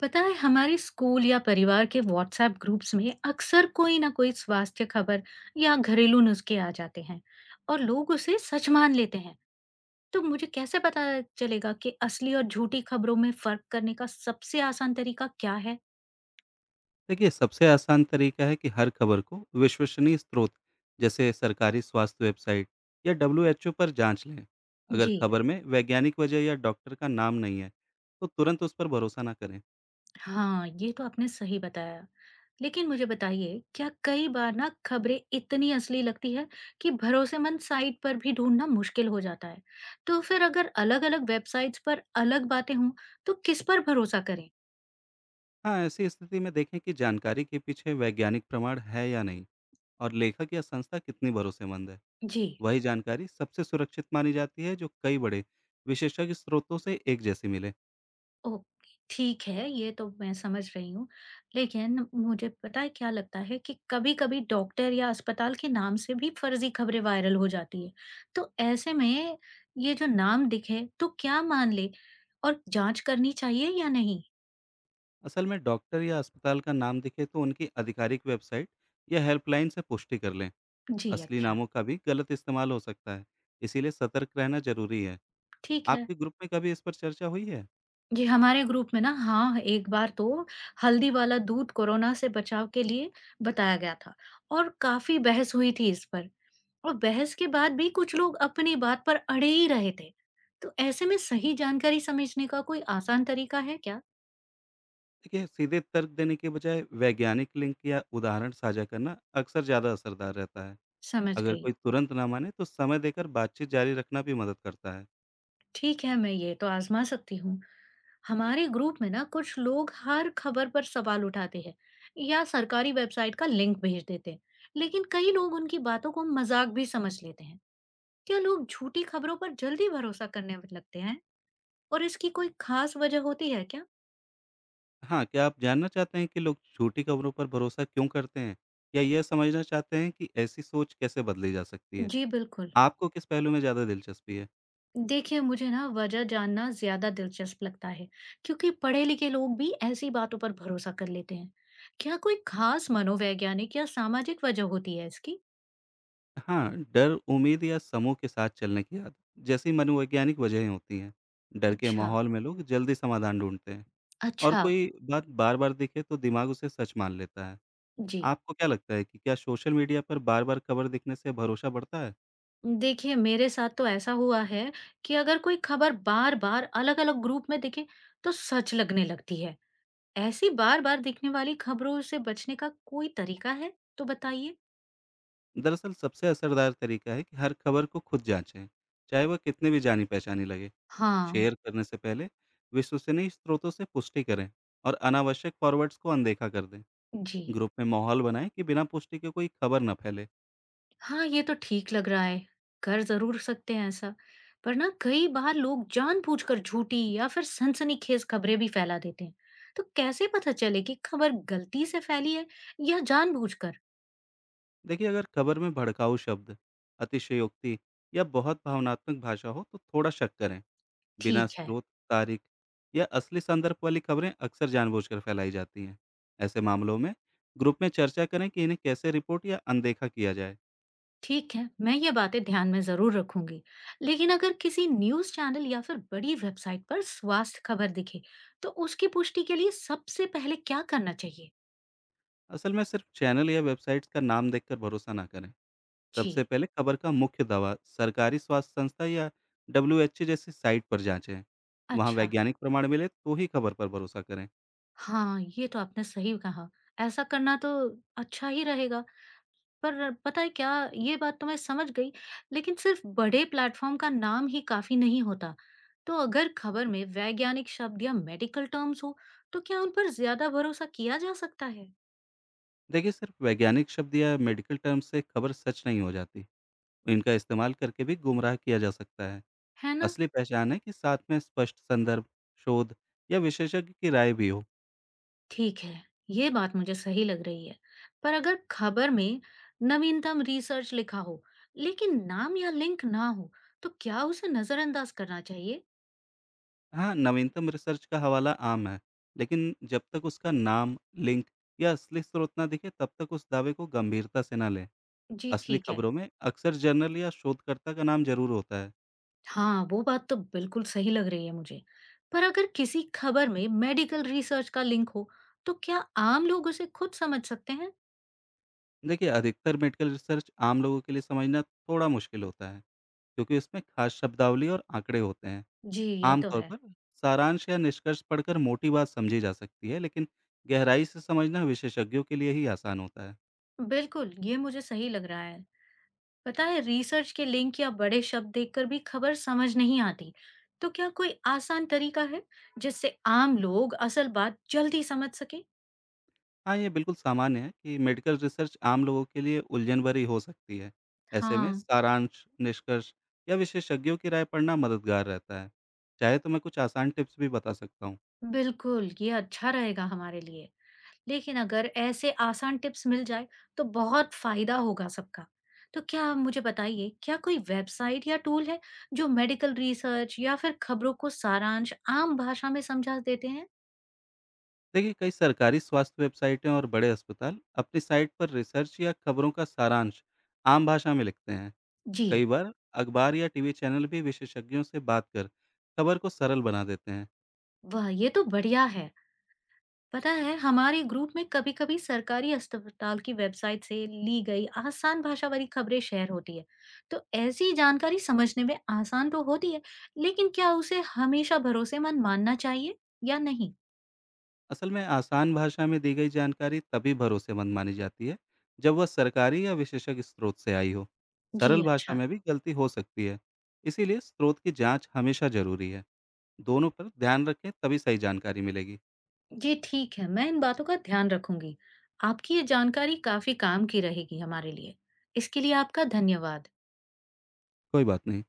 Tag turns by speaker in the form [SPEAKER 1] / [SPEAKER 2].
[SPEAKER 1] पता है हमारे स्कूल या परिवार के व्हाट्सएप ग्रुप्स में अक्सर कोई ना कोई स्वास्थ्य खबर या घरेलू नुस्खे आ जाते हैं। और लोग उसे सच मान लेते हैं। तो मुझे कैसे पता चलेगा कि असली और झूठी खबरों में फर्क करने का सबसे आसान तरीका क्या है?
[SPEAKER 2] देखिए, सबसे आसान तरीका है कि हर खबर को विश्वसनीय स्रोत जैसे सरकारी स्वास्थ्य वेबसाइट या WHO पर जांच लें। अगर
[SPEAKER 1] जी।
[SPEAKER 2] खबर में वैज्ञानिक वजह या डॉक्टर का नाम नहीं है, तो तुरंत उस पर भरोसा ना करें।
[SPEAKER 1] हाँ, ये तो आपने सही बताया। लेकिन मुझे बताइए, क्या कई बार ना खबरें इतनी असली लगती है कि भरोसेमंद साइट पर भी ढूँढना मुश्किल हो जाता है। तो फिर अगर अलग-अलग वेबसाइट्स पर अलग बातें हों, तो किस पर भरोसा करें?
[SPEAKER 2] हाँ, ऐसी स्थिति में देखें कि जानकारी के पीछे वैज्ञानिक प्रमाण है या नहीं, और लेखक या संस्था कितनी भरोसेमंद है।
[SPEAKER 1] जी।
[SPEAKER 2] वही जानकारी सबसे सुरक्षित मानी जाती है जो कई बड़े विशेषज्ञ स्रोतों से एक जैसी मिले।
[SPEAKER 1] ओके, ठीक है, ये तो मैं समझ रही हूँ। लेकिन मुझे पता है क्या लगता है कि कभी-कभी डॉक्टर या अस्पताल के नाम से भी फर्ज़ी खबरें वायरल हो जाती है। तो ऐसे में ये जो नाम दिखे तो क्या मान लें और जाँच करनी चाहिए या नहीं?
[SPEAKER 2] असल में डॉक्टर या अस्पताल का नाम दिखे तो उनकी आधिकारिक वेबसाइट या हेल्पलाइन से पुष्टि कर लें।
[SPEAKER 1] जी,
[SPEAKER 2] असली
[SPEAKER 1] अच्छा,
[SPEAKER 2] नामों का भी गलत इस्तेमाल हो सकता है, इसीलिए सतर्क रहना ज़रूरी है।
[SPEAKER 1] ठीक है।
[SPEAKER 2] आपके ग्रुप में कभी इस पर चर्चा हुई है?
[SPEAKER 1] जी, हमारे ग्रुप में ना हाँ, एक बार तो हल्दी वाला दूध कोरोना से बचाव के लिए बताया गया था और काफ़ी बहस हुई थी इस पर। और बहस के बाद भी कुछ लोग अपनी बात पर अड़े ही रहे थे। तो ऐसे में सही जानकारी समझने का कोई आसान तरीका है क्या?
[SPEAKER 2] देखिए, सीधे तर्क देने के बजाय वैज्ञानिक लिंक या उदाहरण साझा करना अक्सर ज़्यादा असरदार रहता है।
[SPEAKER 1] समझ
[SPEAKER 2] अगर
[SPEAKER 1] गई।
[SPEAKER 2] कोई तुरंत ना माने, तो समय देकर बातचीत जारी रखना भी मदद करता है।
[SPEAKER 1] ठीक है, मैं ये तो आजमा सकती हूँ। हमारे ग्रुप में ना कुछ लोग हर खबर पर सवाल उठाते हैं या सरकारी वेबसाइट का लिंक भेज देते हैं, लेकिन कई लोग उनकी बातों को मजाक भी समझ लेते हैं। क्या लोग झूठी खबरों पर जल्दी भरोसा करने लगते हैं और इसकी कोई खास वजह होती है क्या?
[SPEAKER 2] हाँ, क्या आप जानना चाहते हैं कि लोग झूठी खबरों पर भरोसा क्यों करते हैं? या यह समझना चाहते हैं कि ऐसी सोच कैसे बदली जा सकती है?
[SPEAKER 1] जी बिल्कुल।
[SPEAKER 2] आपको किस पहलू में ज़्यादा दिलचस्पी है?
[SPEAKER 1] देखिए, मुझे ना वजह जानना ज़्यादा दिलचस्प लगता है, क्योंकि पढ़े-लिखे लोग भी ऐसी बातों पर भरोसा कर लेते हैं। क्या कोई खास मनोवैज्ञानिक या सामाजिक वजह होती है इसकी?
[SPEAKER 2] हाँ, डर, उम्मीद या समूह के साथ चलने की आदत जैसी मनोवैज्ञानिक वजहें होती हैं। डर के
[SPEAKER 1] अच्छा,
[SPEAKER 2] माहौल में लोग जल्दी समाधान ढूँढते हैं, और
[SPEAKER 1] अच्छा।
[SPEAKER 2] कोई बात बार-बार दिखे तो दिमाग उसे सच मान लेता है।
[SPEAKER 1] जी।
[SPEAKER 2] आपको क्या लगता है कि क्या सोशल मीडिया पर बार-बार खबर दिखने से भरोसा बढ़ता है?
[SPEAKER 1] देखिए, मेरे साथ तो ऐसा हुआ है कि अगर कोई खबर बार-बार अलग-अलग ग्रुप में दिखे, तो सच लगने लगती है। ऐसी बार-बार दिखने वाली खबरों से बचने का कोई तरीका है? तो बताइए।
[SPEAKER 2] दरअसल सबसे असरदार तरीका है कि हर खबर को खुद जाँचें, चाहे वह कितनी भी जानी-पहचानी लगे।
[SPEAKER 1] हाँ।
[SPEAKER 2] शेयर करने से पहले विश्वसनीय स्रोतों से पुष्टि करें, और अनावश्यक फॉरवर्ड्स को अनदेखा कर दें।
[SPEAKER 1] जी।
[SPEAKER 2] ग्रुप में माहौल बनाएँ कि बिना पुष्टि के कोई खबर न फैले।
[SPEAKER 1] हाँ, ये तो ठीक लग रहा है। कर ज़रूर सकते हैं ऐसा। पर ना कई बार लोग जानबूझकर झूठी या फिर सनसनीखेज़ खबरें भी फैला देते हैं। तो कैसे पता चले कि खबर गलती से फैली है या जानबूझकर?
[SPEAKER 2] देखिए, अगर खबर में भड़काऊ शब्द, अतिशयोक्ति या बहुत भावनात्मक भाषा हो तो थोड़ा शक करें। बिना
[SPEAKER 1] ठीक है,
[SPEAKER 2] स्रोत, तारीख या असली संदर्भ वाली खबरें अक्सर जानबूझकर फैलाई जाती हैं। ऐसे मामलों में ग्रुप में चर्चा करें कि इन्हें कैसे रिपोर्ट या अनदेखा किया जाए।
[SPEAKER 1] ठीक है। मैं ये बातें ध्यान में ज़रूर रखूँगी। लेकिन अगर किसी न्यूज़ चैनल या फिर बड़ी वेबसाइट पर स्वास्थ्य खबर दिखे, तो उसकी पुष्टि के लिए सबसे पहले क्या करना चाहिए?
[SPEAKER 2] असल में सिर्फ चैनल या वेबसाइट्स का नाम देखकर भरोसा ना करें।
[SPEAKER 1] जी,
[SPEAKER 2] सबसे पहले खबर का मुख्य दावा सरकारी स्वास्थ्य संस्था या डब्ल्यू जैसी साइट पर जांचें। वहां
[SPEAKER 1] अच्छा।
[SPEAKER 2] वैज्ञानिक प्रमाण मिले तो ही खबर पर भरोसा करें।
[SPEAKER 1] हाँ, ये तो आपने सही कहा। ऐसा करना तो अच्छा ही रहेगा। पर पता है क्या, ये बात तो मैं समझ गई, लेकिन सिर्फ़ बड़े प्लेटफ़ॉर्म का नाम ही काफ़ी नहीं होता। तो अगर खबर में वैज्ञानिक शब्द या मेडिकल टर्म्स हो, तो क्या उन पर ज़्यादा भरोसा किया जा सकता है?
[SPEAKER 2] देखिए, सिर्फ वैज्ञानिक शब्द या मेडिकल टर्म से खबर सच नहीं हो जाती। इनका इस्तेमाल करके भी गुमराह किया जा सकता है।
[SPEAKER 1] है ना?
[SPEAKER 2] असली पहचान है कि साथ में स्पष्ट संदर्भ, शोध या विशेषज्ञ की राय भी हो।
[SPEAKER 1] ठीक है, ये बात मुझे सही लग रही है। पर अगर खबर में नवीनतम रिसर्च लिखा हो, लेकिन नाम या लिंक ना हो, तो क्या उसे नज़रअंदाज करना चाहिए?
[SPEAKER 2] हाँ, नवीनतम रिसर्च का हवाला आम है, लेकिन जब तक उसका नाम, लिंक या असली स्रोत ना दिखे, तब तक उस दावे को गंभीरता से ना लें।
[SPEAKER 1] जी,
[SPEAKER 2] असली
[SPEAKER 1] ठीक है।
[SPEAKER 2] खबरों में अक्सर जर्नल या शोधकर्ता का नाम जरूर होता है।
[SPEAKER 1] हाँ, वो बात तो बिल्कुल सही लग रही है मुझे। पर अगर किसी खबर में मेडिकल रिसर्च का लिंक हो, तो क्या आम लोग उसे खुद समझ सकते हैं?
[SPEAKER 2] देखिए, अधिकतर मेडिकल रिसर्च आम लोगों के लिए समझना थोड़ा मुश्किल होता है, क्योंकि इसमें खास शब्दावली और आंकड़े होते हैं।
[SPEAKER 1] जी ये तो
[SPEAKER 2] आमतौर
[SPEAKER 1] है।
[SPEAKER 2] पर सारांश या निष्कर्ष पढ़कर मोटी बात समझी जा सकती है, लेकिन गहराई से समझना विशेषज्ञों के लिए ही आसान होता है।
[SPEAKER 1] बिल्कुल, ये मुझे सही लग रहा है। पता है, रिसर्च के लिंक या बड़े शब्द देखकर भी खबर समझ नहीं आती। तो क्या कोई आसान तरीका है जिससे आम लोग असल बात जल्दी समझ सके?
[SPEAKER 2] हाँ, ये बिल्कुल सामान्य है कि मेडिकल रिसर्च आम लोगों के लिए उलझन भरी हो सकती है। ऐसे में
[SPEAKER 1] हाँ,
[SPEAKER 2] सारांश, निष्कर्ष या विशेषज्ञों की राय पढ़ना मददगार रहता है। चाहे तो मैं कुछ आसान टिप्स भी बता सकता हूँ।
[SPEAKER 1] बिल्कुल, ये अच्छा रहेगा हमारे लिए। लेकिन अगर ऐसे आसान टिप्स मिल जाए तो बहुत फायदा होगा सबका। तो क्या आप मुझे बताइए क्या कोई वेबसाइट या टूल है जो मेडिकल रिसर्च या फिर खबरों को सारांश आम भाषा में समझा देते हैं?
[SPEAKER 2] देखिए, कई सरकारी स्वास्थ्य वेबसाइटें और बड़े अस्पताल अपनी साइट पर रिसर्च या खबरों का सारांश आम भाषा में लिखते हैं।
[SPEAKER 1] जी,
[SPEAKER 2] कई बार अखबार या टीवी चैनल भी विशेषज्ञों से बात कर खबर को सरल बना देते हैं।
[SPEAKER 1] वाह! ये तो बढ़िया है। पता है हमारे ग्रुप में कभी-कभी सरकारी अस्पताल की वेबसाइट से ली गई आसान भाषा वाली खबरें शेयर होती है। तो ऐसी जानकारी समझने में आसान तो होती है, लेकिन क्या उसे हमेशा भरोसेमंद मानना चाहिए या नहीं?
[SPEAKER 2] असल में आसान भाषा में दी गई जानकारी तभी भरोसेमंद मानी जाती है जब वह सरकारी या विशेषज्ञ स्रोत से आई हो।
[SPEAKER 1] जी,
[SPEAKER 2] सरल भाषा
[SPEAKER 1] अच्छा।
[SPEAKER 2] में भी गलती हो सकती है, इसीलिए स्रोत की जांच हमेशा जरूरी है। दोनों पर ध्यान रखें, तभी सही जानकारी मिलेगी।
[SPEAKER 1] जी ठीक है, मैं इन बातों का ध्यान रखूंगी। आपकी ये जानकारी काफी काम की रहेगी हमारे लिए। इसके लिए आपका धन्यवाद।
[SPEAKER 2] कोई बात नहीं।